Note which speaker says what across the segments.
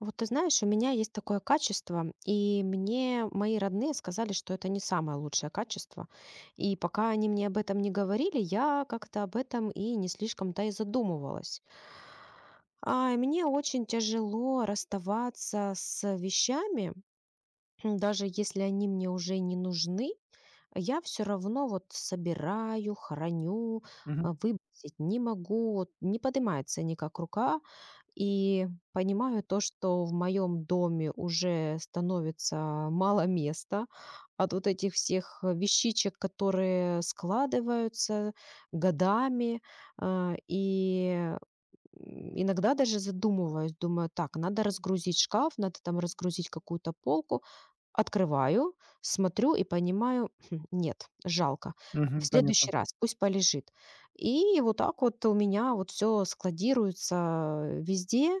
Speaker 1: Вот ты знаешь, у меня есть такое качество, и мне мои родные сказали, что это не самое лучшее качество. И пока они мне об этом не говорили, я как-то об этом и не слишком-то и задумывалась. И мне очень тяжело расставаться с вещами, даже если они мне уже не нужны, я все равно вот собираю, храню,
Speaker 2: Мгм.
Speaker 1: выбросить не могу, вот не поднимается никак рука. И понимаю то, что в моем доме уже становится мало места от вот этих всех вещичек, которые складываются годами. А, И Иногда даже задумываюсь, думаю, так, надо разгрузить шкаф, надо там разгрузить какую-то полку. Открываю, смотрю и понимаю: "Хм, нет, жалко. В
Speaker 2: Мгм.
Speaker 1: следующий
Speaker 2: Понятно.
Speaker 1: раз пусть полежит". И вот так вот у меня вот все складируется везде.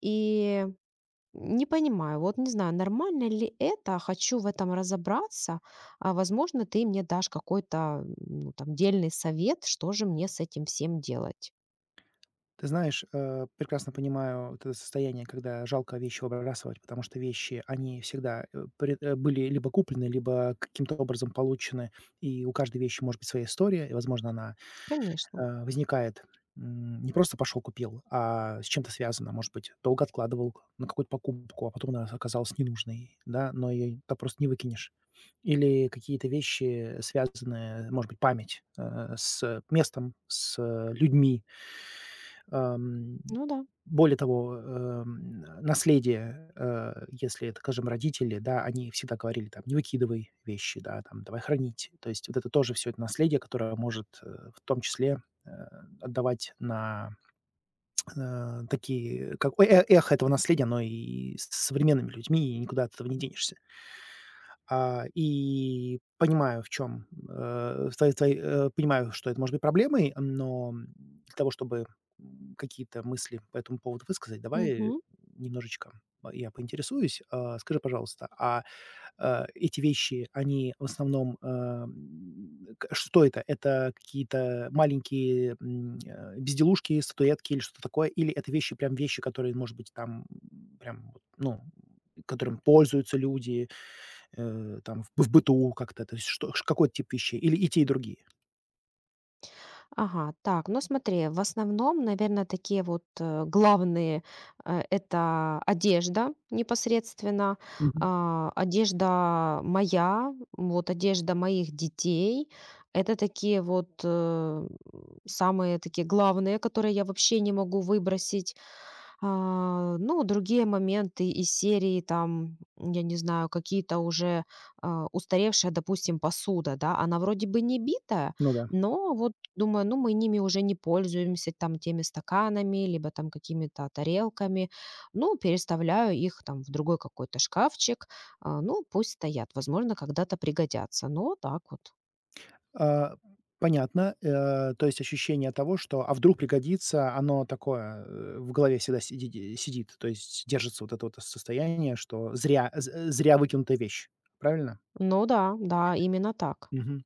Speaker 1: И не понимаю, вот не знаю, нормально ли это, хочу в этом разобраться. Возможно, ты мне дашь какой-то, ну, там дельный совет, что же мне с этим всем делать.
Speaker 2: Ты знаешь, прекрасно понимаю вот это состояние, когда жалко вещи выбрасывать, потому что вещи, они всегда были либо куплены, либо каким-то образом получены, и у каждой вещи может быть своя история, и, возможно, она
Speaker 1: Конечно.
Speaker 2: возникает, не просто пошел купил, а с чем-то связано. Может быть, долго откладывал на какую-то покупку, а потом она оказалась ненужной, да, но ее так просто не выкинешь. Или какие-то вещи, связанные, может быть, память, с местом, с людьми. Ам,
Speaker 1: Ну да.
Speaker 2: Более того, наследие, если это, скажем, родители, да, они всегда говорили там: "Не выкидывай вещи", да, там: "Давай хранить". То есть вот это тоже все это наследие, которое может, в том числе э, отдавать на, такие, как о э эхо этого наследия, оно и с современными людьми, и никуда от этого не денешься. А, и понимаю, в чем понимаю, что это может быть проблемой, но для того, чтобы, какие-то мысли по этому поводу высказать, давай
Speaker 1: Мгм.
Speaker 2: немножечко я поинтересуюсь. Скажи, пожалуйста, эти вещи, они в основном, ам, к что это? Это какие-то маленькие, безделушки, статуэтки или что-то такое? Или это вещи, прям вещи, которые, может быть, там, прям вот, ну, которым пользуются люди, там в быту как-то, то есть что ш какой тип вещей или и те, и другие?
Speaker 1: Ага, так, ну смотри, в основном, наверное, такие вот главные это одежда непосредственно,
Speaker 2: Мгм.
Speaker 1: одежда моя, вот одежда моих детей. Это такие вот самые такие главные, которые я вообще не могу выбросить. Ну, другие моменты из серии, там, я не знаю, какие-то уже устаревшая, допустим, посуда, да, она вроде бы не битая,
Speaker 2: Ну да.
Speaker 1: но вот думаю, ну, мы ними уже не пользуемся, там, теми стаканами, либо там какими-то тарелками, ну, переставляю их там в другой какой-то шкафчик, а, ну, пусть стоят, возможно, когда-то пригодятся, ну, вот так вот.
Speaker 2: А, Понятно. То есть ощущение того, что "а вдруг пригодится", оно такое, в голове всегда сидит. То есть держится вот это вот состояние, что зря выкинутая вещь. Правильно?
Speaker 1: Ну да, именно так.
Speaker 2: Мгм.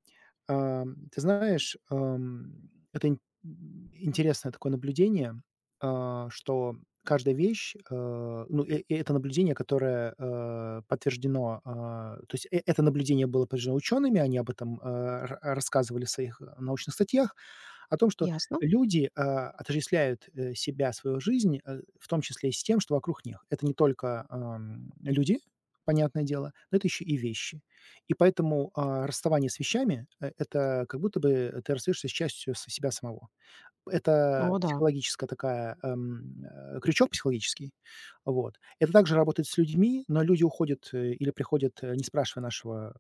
Speaker 2: Ты знаешь, это ин интересное такое наблюдение, что каждая вещь, а, ну, э, э- это наблюдение, которое, подтверждено, то есть это наблюдение было подтверждено учеными, они об этом, а, ра рассказывали в своих, научных статьях. О том, что
Speaker 1: Ясно?
Speaker 2: люди, отождествляют, себя, свою жизнь, в том числе и с тем, что вокруг них. Это не только, люди, понятное дело, но это еще и вещи. И поэтому, расставание с вещами — это как будто бы ты расстаешься с частью с себя самого. Это
Speaker 1: О, да,
Speaker 2: психологическая такая, крючок психологический. Вот. Это также работает с людьми, но люди уходят, или приходят, не спрашивая нашего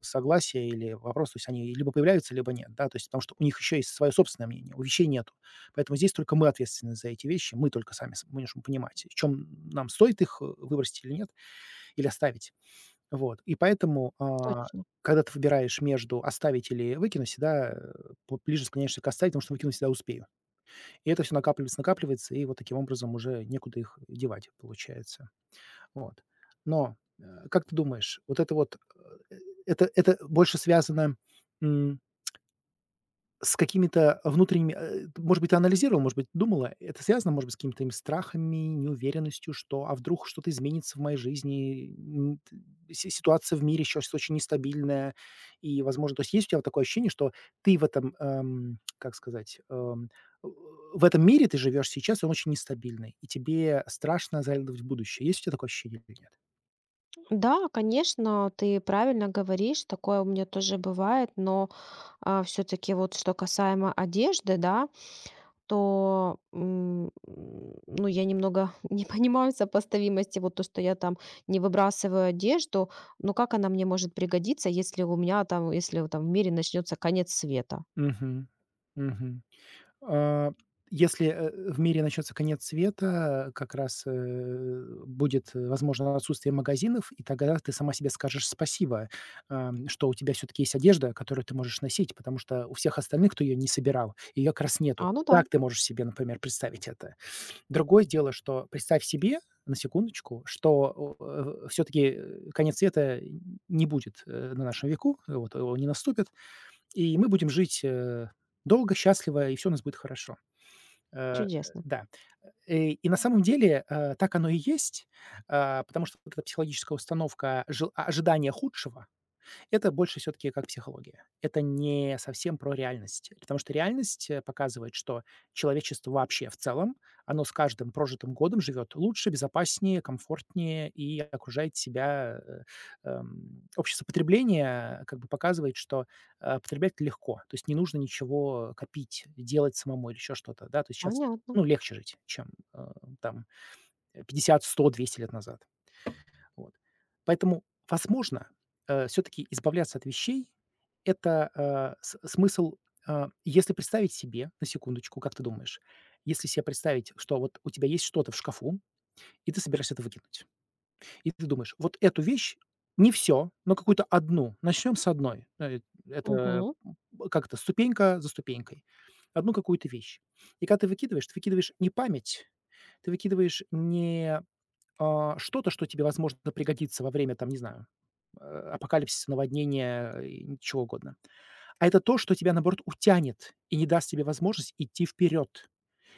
Speaker 2: согласия или вопрос. То есть они либо появляются, либо нет, да, то есть потому что у них еще есть свое собственное мнение, у вещей нету. Поэтому здесь только мы ответственны за эти вещи, мы только сами с- можем понимать, в чем нам стоит их выбросить или нет, или оставить. Вот. И поэтому,
Speaker 1: точно.
Speaker 2: когда ты выбираешь между оставить или выкинуть, всегда ближе склоняешься к оставить, потому что выкинуть всегда успею. И это все накапливается, накапливается, и вот таким образом уже некуда их девать, получается. Вот. Но, как ты думаешь, вот это вот, э, это больше связано, м, с какими-то внутренними, может быть, ты анализировал, может быть, думала, это связано, может быть, с какими-то твоими страхами, неуверенностью, что а вдруг что-то изменится в моей жизни, т си ситуация в мире сейчас очень нестабильная и, возможно, то есть есть у тебя вот такое ощущение, что ты в этом, как сказать, в этом мире ты живешь сейчас, и он очень нестабильный, и тебе страшно заглядывать в будущее. Есть у тебя такое ощущение или нет?
Speaker 1: Да, конечно, ты правильно говоришь, такое у меня тоже бывает, но все-таки вот что касаемо одежды, да, то м, м, ну, я немного не понимаю сопоставимости, вот то, что я там не выбрасываю одежду, но как она мне может пригодиться, если у меня там, если там в мире начнется конец света?
Speaker 2: Мгм. Мгм. А, Если, в мире начнется конец света, как раз, будет, возможно, отсутствие магазинов, и тогда ты сама себе скажешь спасибо, что у тебя все таки есть одежда, которую ты можешь носить, потому что у всех остальных, кто ее не собирал, её как раз нету.
Speaker 1: Ну да,
Speaker 2: Так ты можешь себе, например, представить это. Другое дело, что представь себе, на секундочку, что, все таки конец света не будет, на нашем веку, вот, он не наступит. И мы будем жить, долго, счастливо, и все у нас будет хорошо. Э,
Speaker 1: чудесно.
Speaker 2: да. И на самом деле, так оно и есть, потому что вот эта психологическая установка ожидания худшего, это больше все таки как психология. Это не совсем про реальность, потому что реальность, показывает, что человечество вообще в целом, оно с каждым прожитым годом живет лучше, безопаснее, комфортнее и окружает себя, общество потребления, как бы показывает, что, потреблять легко. То есть не нужно ничего копить, делать самому или еще что-то, да. То есть щас,
Speaker 1: Понятно.
Speaker 2: ну, легче жить, чем, э, там, 50, 100, 200 лет назад. Вот. Поэтому, возможно, все таки избавляться от вещей- это, э, с смысл, если представить себе, на секундочку, как ты думаешь, если себе представить, что вот у тебя есть что-то в шкафу, и ты собираешься это выкинуть, и ты думаешь: "Вот эту вещь, не все, но какую-то одну, начнем с одной". Это,
Speaker 1: Мгм.
Speaker 2: м, как это, ступенька за ступенькой. Одну какую-то вещь. И когда ты выкидываешь не память, ты выкидываешь не что-то, что тебе, возможно, пригодится во время, там, не знаю, э, апокалипсиса, наводнения, и чего угодно. А это то, что тебя, наоборот, утянет и не даст тебе возможность идти вперед.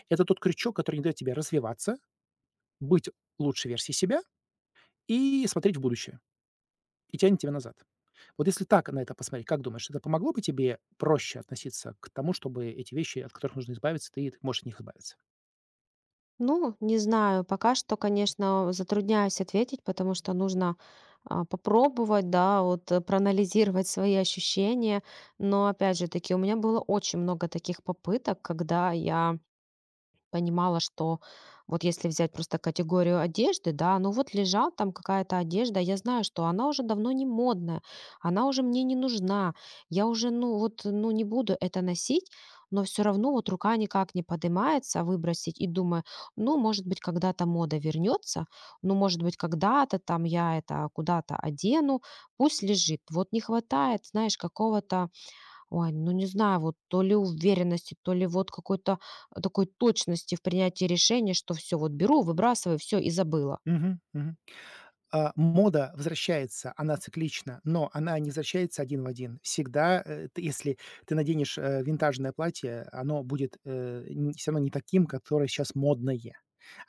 Speaker 2: Это тот крючок, который не дает тебе развиваться, быть лучшей версией себя и смотреть в будущее, и тянет тебя назад. Вот если так на это посмотреть, как думаешь, это помогло бы тебе проще относиться к тому, чтобы эти вещи, от которых нужно избавиться, ты можешь от них избавиться?
Speaker 1: Ну, не знаю, пока что, конечно, затрудняюсь ответить, потому что нужно попробовать, да, вот проанализировать свои ощущения. Но опять же таки, у меня было очень много таких попыток, когда я понимала, что вот если взять просто категорию одежды, да, ну вот лежал там какая-то одежда, я знаю, что она уже давно не модная, она уже мне не нужна, я уже, ну вот, ну не буду это носить, но все равно вот рука никак не поднимается выбросить и думаю, ну, может быть, когда-то мода вернется, ну, может быть, когда-то там я это куда-то одену, пусть лежит. Вот не хватает, знаешь, какого-то. Ой, ну не знаю, вот то ли уверенности, то ли вот какой-то такой точности в принятии решения, что все, вот беру, выбрасываю, все и забыла.
Speaker 2: Мгм, мгм. Мода возвращается, она циклична, но она не возвращается один в один. Всегда, э, ты если ты наденешь, винтажное платье, оно будет, все равно не таким, которое сейчас модное.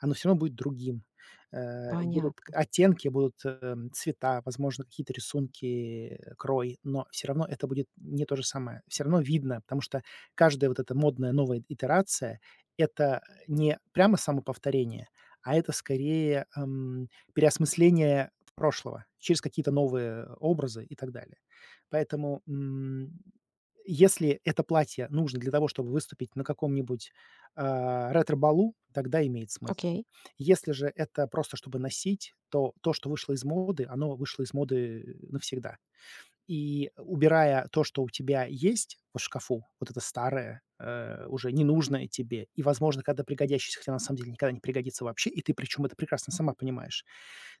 Speaker 2: Оно все равно будет другим. Будут к
Speaker 1: Понятно.
Speaker 2: оттенки, будут, цвета, возможно, какие-то рисунки, крой, но все равно это будет не то же самое. Все равно видно, потому что каждая вот эта модная новая итерация — это не прямо самоповторение, а это скорее, переосмысление прошлого через какие-то новые образы и так далее. Поэтому, если это платье нужно для того, чтобы выступить на каком-нибудь, ретро-балу, тогда имеет смысл.
Speaker 1: Окей.
Speaker 2: Если же это просто чтобы носить, то то, что вышло из моды, оно вышло из моды навсегда. И убирая то, что у тебя есть в шкафу, вот это старое, уже ненужное тебе, и, возможно, когда пригодящееся, хотя на самом деле никогда не пригодится вообще, и ты причем это прекрасно сама понимаешь.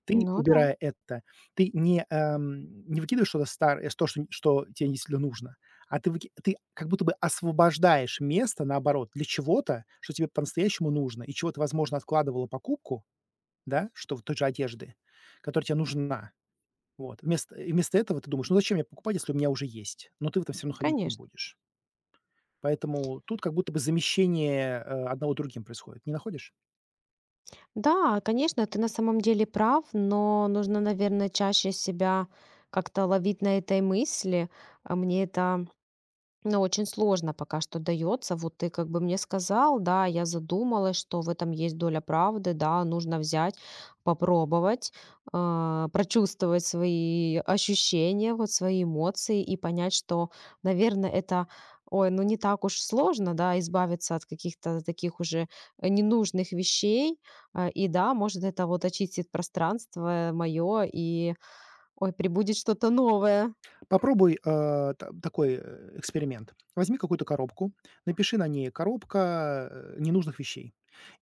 Speaker 2: Ты,
Speaker 1: Ну да,
Speaker 2: убирая это, ты не выкидываешь что-то старое, то, что, что тебе действительно нужно, а ты, ты как будто бы освобождаешь место, наоборот, для чего-то, что тебе по-настоящему нужно, и чего ты, возможно, откладывала покупку, да, что в той же одежды, которая тебе нужна, вот. Вместо этого ты думаешь: "Ну зачем мне покупать, если у меня уже есть?" Но ты в этом все равно ходить не
Speaker 1: конечно.
Speaker 2: будешь. Поэтому тут как будто бы замещение, одного другим происходит. Не находишь?
Speaker 1: Да, конечно, ты на самом деле прав, но нужно, наверное, чаще себя как-то ловить на этой мысли. А Мне это Но очень сложно пока что дается. Вот ты как бы мне сказал, да, я задумалась, что в этом есть доля правды, да, нужно взять, попробовать, прочувствовать свои ощущения, вот свои эмоции и понять, что, наверное, это, ой, ну не так уж сложно, да, избавиться от каких-то таких уже ненужных вещей. И да, может, это вот очистит пространство мое и, ой, прибудет что-то новое.
Speaker 2: Попробуй, а, та такой, эксперимент. Возьми какую-то коробку, напиши на ней "коробка, ненужных вещей"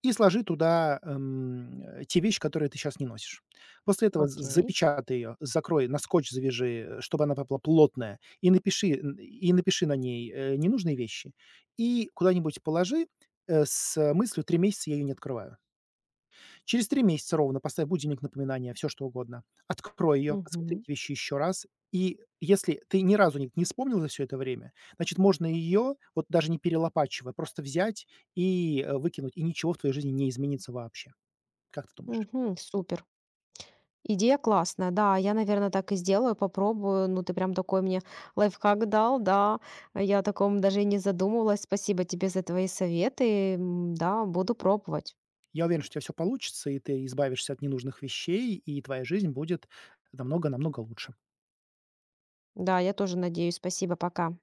Speaker 2: и сложи туда, те вещи, которые ты сейчас не носишь. После этого з
Speaker 1: Окей.
Speaker 2: запечатай ее, закрой, на скотч завяжи, чтобы она была плотная, и напиши н и напиши на ней, "ненужные вещи", и куда-нибудь положи, с мыслью: 3 месяца я ее не открываю". Через 3 месяца ровно поставь будильник, напоминание, все что угодно. Открой ее, посмотри
Speaker 1: Угу.
Speaker 2: эти вещи еще раз. И если ты ни разу не вспомнил за все это время, значит, можно ее, вот даже не перелопачивая, просто взять и, выкинуть, и ничего в твоей жизни не изменится вообще. Как ты думаешь?
Speaker 1: Угу. Супер. Идея классная, да, я, наверное, так и сделаю, попробую. Ну, ты прям такой мне лайфхак дал, да. Я о таком даже и не задумывалась. Спасибо тебе за твои советы. Да, буду пробовать.
Speaker 2: Я уверен, что у тебя всё получится, и ты избавишься от ненужных вещей, и твоя жизнь будет намного намного лучше.
Speaker 1: Да, я тоже надеюсь. Спасибо, пока.